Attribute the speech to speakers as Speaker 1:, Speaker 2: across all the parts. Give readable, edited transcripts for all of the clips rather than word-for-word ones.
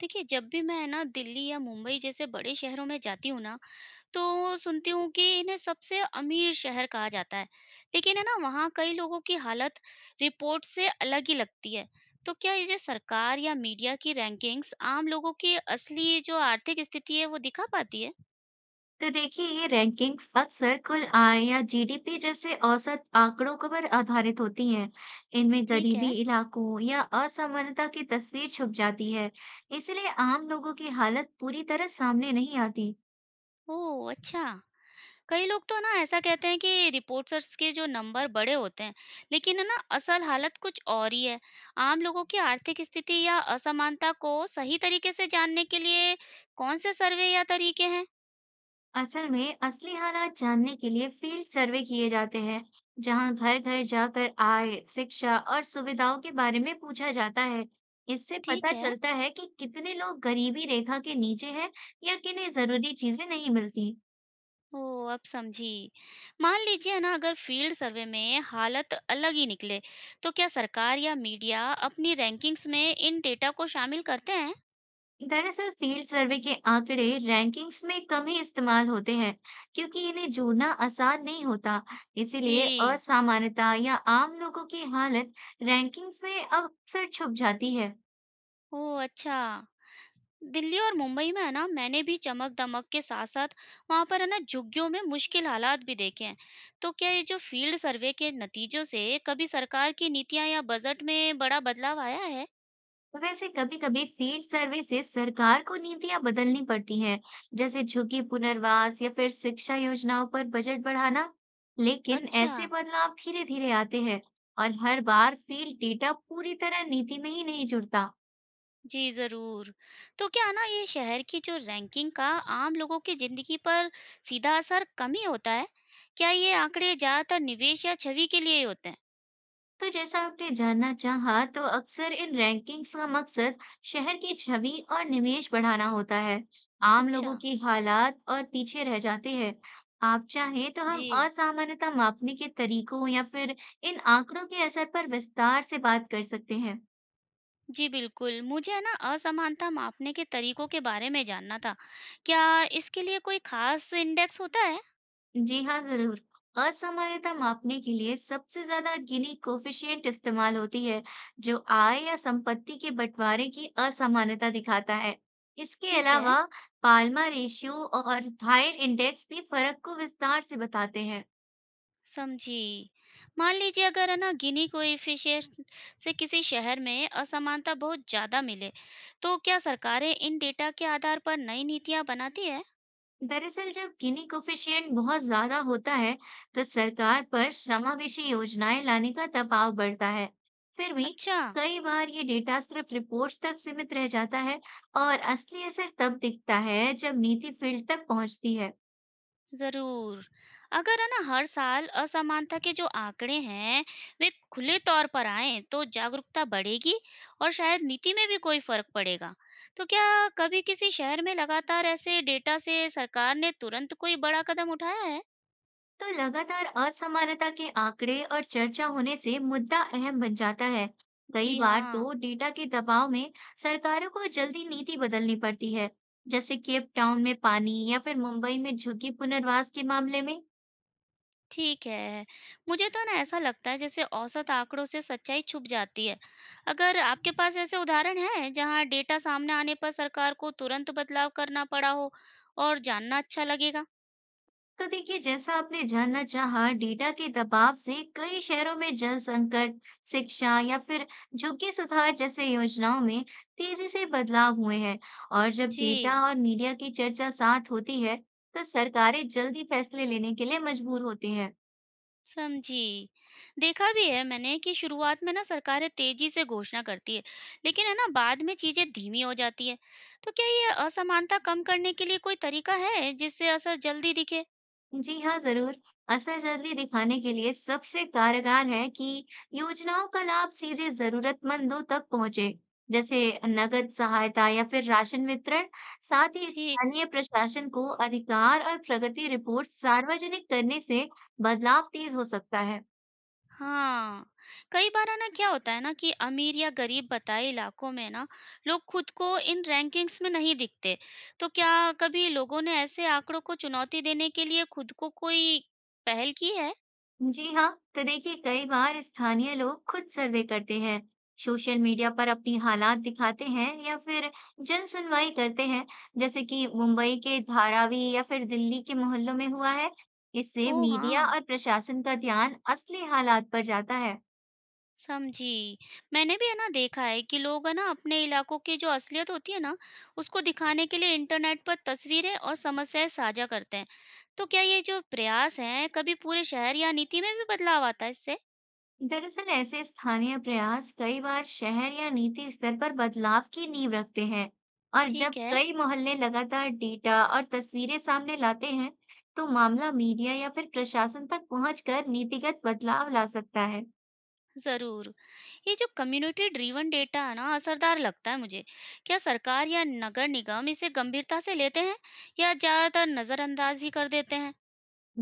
Speaker 1: देखिए, जब भी मैं है ना दिल्ली या मुंबई जैसे बड़े शहरों में जाती हूँ ना, तो सुनती हूँ कि इन्हें सबसे अमीर शहर कहा जाता है। लेकिन है ना वहाँ कई लोगों की हालत रिपोर्ट से अलग ही लगती है। तो क्या ये जो सरकार या मीडिया की रैंकिंग्स आम लोगों की असली जो आर्थिक स्थिति है वो दिखा पाती है?
Speaker 2: तो देखिए ये रैंकिंग्स अक्सर कुल आय या जीडीपी जैसे औसत आंकड़ों को पर आधारित होती हैं। इनमें
Speaker 1: ठीक है।
Speaker 2: गरीबी इलाकों या असमानता की तस्वीर छुप जाती है, इसलिए आम लोगों की हालत पूरी तरह सामने नहीं आती।
Speaker 1: ओह! अच्छा। कई लोग तो ना ऐसा कहते हैं कि रिपोर्टर्स के जो नंबर बड़े होते हैं, लेकिन है ना असल हालत कुछ और ही है। आम लोगों की आर्थिक स्थिति या असमानता को सही तरीके से जानने के लिए कौन से सर्वे या तरीके हैं?
Speaker 2: असल में असली हालात जानने के लिए फील्ड सर्वे किए जाते हैं, जहां घर-घर जाकर आय, शिक्षा और सुविधाओं के बारे में पूछा जाता है। इससे
Speaker 1: ठीक
Speaker 2: पता
Speaker 1: है।
Speaker 2: चलता है कि कितने लोग गरीबी रेखा के नीचे हैं या किन्हें जरूरी चीजें नहीं मिलती।
Speaker 1: ओह, अब समझी। मान लीजिए ना अगर फील्ड सर्वे में हालत अलग ही निकले, तो क्या सरकार या मीडिया अपनी रैंकिंग्स में इन डेटा को शामिल करते हैं?
Speaker 2: दरअसल फील्ड सर्वे के आंकड़े रैंकिंग्स में कम ही इस्तेमाल होते हैं क्योंकि इन्हें जोड़ना आसान नहीं होता। इसीलिए
Speaker 1: जी।
Speaker 2: असामान्यता या आम लोगों की हालत रैंकिंग्स में अब अक्सर छुप जाती है।
Speaker 1: ओह, अच्छा। दिल्ली और मुंबई में है ना मैंने भी चमक दमक के साथ साथ वहां पर है ना झुग्गियों में मुश्किल हालात भी देखे हैं। तो क्या ये जो फील्ड सर्वे के नतीजों से कभी सरकार की नीतियां या बजट में बड़ा बदलाव आया है?
Speaker 2: वैसे कभी-कभी फील्ड सर्वे से सरकार को नीतियां बदलनी पड़ती हैं, जैसे झुग्गी पुनर्वास या फिर शिक्षा योजनाओं पर बजट बढ़ाना। लेकिन
Speaker 1: अच्छा।
Speaker 2: ऐसे बदलाव धीरे-धीरे आते हैं और हर बार फील्ड डेटा पूरी तरह नीति में ही नहीं जुड़ता।
Speaker 1: जी जरूर। तो क्या है ना ये शहर की जो रैंकिंग का आम लोगों की जिंदगी पर सीधा असर कम ही होता है? क्या ये आंकड़े ज्यादातर निवेश या छवि के लिए ही होते हैं?
Speaker 2: तो जैसा आपने जानना चाहा, तो अक्सर इन रैंकिंग्स का मकसद शहर की छवि और निवेश बढ़ाना होता है। आम
Speaker 1: अच्छा।
Speaker 2: लोगों की हालात और पीछे रह जाते हैं। आप चाहें तो हम
Speaker 1: जी
Speaker 2: असामान्यता मापने के तरीकों या फिर इन आंकड़ों के असर पर विस्तार से बात कर सकते हैं।
Speaker 1: जी बिल्कुल, मुझे है ना असमानता मापने के तरीकों के बारे में जानना था। क्या इसके लिए कोई ख़ास इंडेक्स होता है?
Speaker 2: जी हाँ, ज़रूर। असमानता मापने के लिए सबसे ज़्यादा गिनी कोएफिशिएंट इस्तेमाल होती है, जो आय या संपत्ति के बंटवारे की असमानता दिखाता है। इसके
Speaker 1: ठीक है,
Speaker 2: अलावा पाल्मर रेशियो और थाइल इंडेक्स भी फर्क को विस्तार से बताते हैं।
Speaker 1: समझी। मान लीजिए अगर है ना गिनी कोएफ़िशिएंट से किसी शहर में असमानता बहुत ज़्यादा मिले, तो क्या सरकारें इन डेटा के आधार पर नई नीतियाँ बनाती है?
Speaker 2: दरअसल जब गिनी कोएफिशिएंट बहुत ज्यादा होता है, तो सरकार पर समावेशी योजनाएं लाने का दबाव बढ़ता है। फिर भी
Speaker 1: अच्छा।
Speaker 2: कई बार ये डेटा सिर्फ रिपोर्ट्स तक सीमित रह जाता है और असली असर तब दिखता है जब नीति फील्ड तक पहुंचती है।
Speaker 1: ज़रूर। अगर है ना हर साल असमानता के जो आंकड़े हैं, वे खुले तौर पर आएँ तो जागरूकता बढ़ेगी और शायद नीति में भी कोई फ़र्क पड़ेगा। तो क्या कभी किसी शहर में लगातार ऐसे डेटा से सरकार ने तुरंत कोई बड़ा कदम उठाया है?
Speaker 2: तो लगातार असमानता के आंकड़े और चर्चा होने से मुद्दा अहम बन जाता है। कई
Speaker 1: जी
Speaker 2: बार
Speaker 1: हाँ,
Speaker 2: तो डेटा के दबाव में सरकारों को जल्दी नीति बदलनी पड़ती है, जैसे केप टाउन में पानी या फिर मुंबई में झुग्गी पुनर्वास के मामले में।
Speaker 1: ठीक है। मुझे तो ना ऐसा लगता है जैसे औसत आंकड़ों से सच्चाई छुप जाती है। अगर आपके पास ऐसे उदाहरण हैं जहाँ डेटा सामने आने पर सरकार को तुरंत बदलाव करना पड़ा हो और जानना अच्छा लगेगा?
Speaker 2: तो देखिए जैसा आपने जानना चाहा, डेटा के दबाव से कई शहरों में जल संकट, शिक्षा या फिर झुग्गी सुधार जैसे योजनाओं में तेजी से बदलाव हुए हैं। और जब डेटा
Speaker 1: जी,
Speaker 2: और मीडिया की चर्चा साथ होती है तो सरकारें जल्दी फैसले लेने के लिए मजबूर होती हैं।
Speaker 1: समझी। देखा भी है मैंने कि शुरुआत में ना सरकारें तेज़ी से घोषणा करती है, लेकिन है ना बाद में चीज़ें धीमी हो जाती है। तो क्या ये असमानता कम करने के लिए कोई तरीका है जिससे असर जल्दी दिखे?
Speaker 2: जी हाँ, जरूर। असर जल्दी दिखाने के लिए सबसे कारगर है कि योजनाओं का लाभ सीधे जरूरतमंदों तक पहुंचे, जैसे नगद सहायता या फिर राशन वितरण। साथ ही
Speaker 1: ठीक,
Speaker 2: स्थानीय प्रशासन को अधिकार और प्रगति रिपोर्ट सार्वजनिक करने से बदलाव तेज हो सकता है।
Speaker 1: हाँ। कई बार है ना क्या होता है ना कि अमीर या गरीब बताए इलाकों में ना लोग खुद को इन रैंकिंग्स में नहीं दिखते। तो क्या कभी लोगों ने ऐसे आंकड़ों को चुनौती देने के लिए खुद को कोई पहल की है?
Speaker 2: जी हाँ, तो देखिए कई बार स्थानीय लोग खुद सर्वे करते हैं, सोशल मीडिया पर अपनी हालात दिखाते हैं या फिर जन सुनवाई करते हैं, जैसे कि मुंबई के धारावी या फिर दिल्ली के मोहल्लों में हुआ है। इससे
Speaker 1: ओह
Speaker 2: मीडिया
Speaker 1: हाँ।
Speaker 2: और प्रशासन का ध्यान असली हालात पर जाता है।
Speaker 1: समझी। मैंने भी है ना देखा है कि लोग है ना अपने इलाकों की जो असलियत होती है ना, उसको दिखाने के लिए इंटरनेट पर तस्वीरें और समस्याएं साझा करते हैं। तो क्या ये जो प्रयास हैं, कभी पूरे शहर या नीति में भी बदलाव आता है इससे?
Speaker 2: दरअसल ऐसे स्थानीय प्रयास कई बार शहर या नीति स्तर पर बदलाव की नींव रखते हैं, और
Speaker 1: ठीक
Speaker 2: जब
Speaker 1: है,
Speaker 2: कई मोहल्ले लगातार डेटा और तस्वीरें सामने लाते हैं तो मामला मीडिया या फिर प्रशासन तक पहुंचकर नीतिगत बदलाव ला सकता है।
Speaker 1: ज़रूर। ये जो कम्युनिटी ड्रिवन डेटा है ना, असरदार लगता है मुझे। क्या सरकार या नगर निगम इसे गंभीरता से लेते हैं या ज़्यादातर नज़रअंदाज ही कर देते हैं?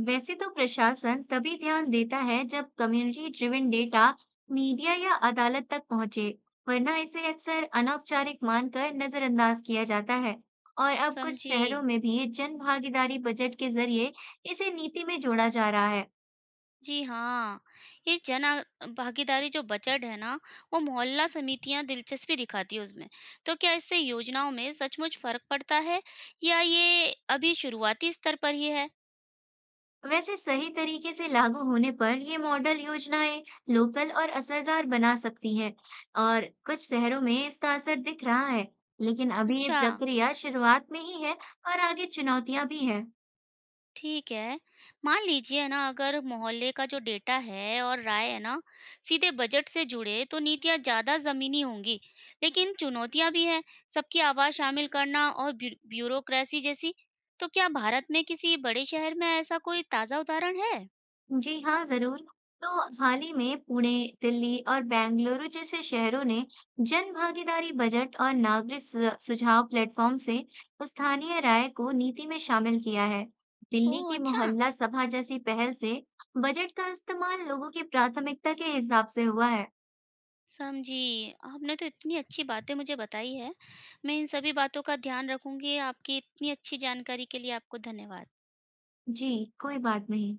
Speaker 2: वैसे तो प्रशासन तभी ध्यान देता है जब कम्युनिटी ड्रिवन डेटा मीडिया या अदालत तक पहुंचे, वरना इसे अक्सर अनौपचारिक मानकर नजरअंदाज किया जाता है। और अब कुछ
Speaker 1: समझी।
Speaker 2: शहरों में भी जन भागीदारी बजट के जरिए इसे नीति में जोड़ा जा रहा है।
Speaker 1: जी हाँ, ये जन आ भागीदारी जो बजट है ना, वो मोहल्ला समितियाँ दिलचस्पी दिखाती है उसमें। तो क्या इससे योजनाओं में सचमुच फ़र्क पड़ता है या ये अभी शुरुआती स्तर पर ही है?
Speaker 2: वैसे सही तरीके से लागू होने पर ये मॉडल योजनाएं लोकल और असरदार बना सकती हैं, और कुछ शहरों में इसका असर दिख रहा है, लेकिन अभी ये
Speaker 1: अच्छा।
Speaker 2: प्रक्रिया शुरुआत में ही है और आगे चुनौतियां भी हैं।
Speaker 1: ठीक है। मान लीजिए ना अगर मोहल्ले का जो डेटा है और राय है ना सीधे बजट से जुड़े तो नीतियाँ ज़्यादा ज़मीनी होंगी, लेकिन चुनौतियाँ भी है सबकी आवाज़ शामिल करना और ब्यूरोक्रेसी जैसी। तो क्या भारत में किसी बड़े शहर में ऐसा कोई ताज़ा उदाहरण है?
Speaker 2: जी हाँ, जरूर। तो हाल ही में पुणे, दिल्ली और बेंगलुरु जैसे शहरों ने जन भागीदारी बजट और नागरिक सुझाव प्लेटफॉर्म से स्थानीय राय को नीति में शामिल किया है। दिल्ली
Speaker 1: ओह
Speaker 2: की
Speaker 1: अच्छा!
Speaker 2: मोहल्ला सभा जैसी पहल से बजट का इस्तेमाल लोगों की प्राथमिकता के हिसाब से हुआ है।
Speaker 1: समझी। आपने तो इतनी अच्छी बातें मुझे बताई है। मैं इन सभी बातों का ध्यान रखूँगी। आपकी इतनी अच्छी जानकारी के लिए आपको धन्यवाद।
Speaker 2: जी, कोई बात नहीं।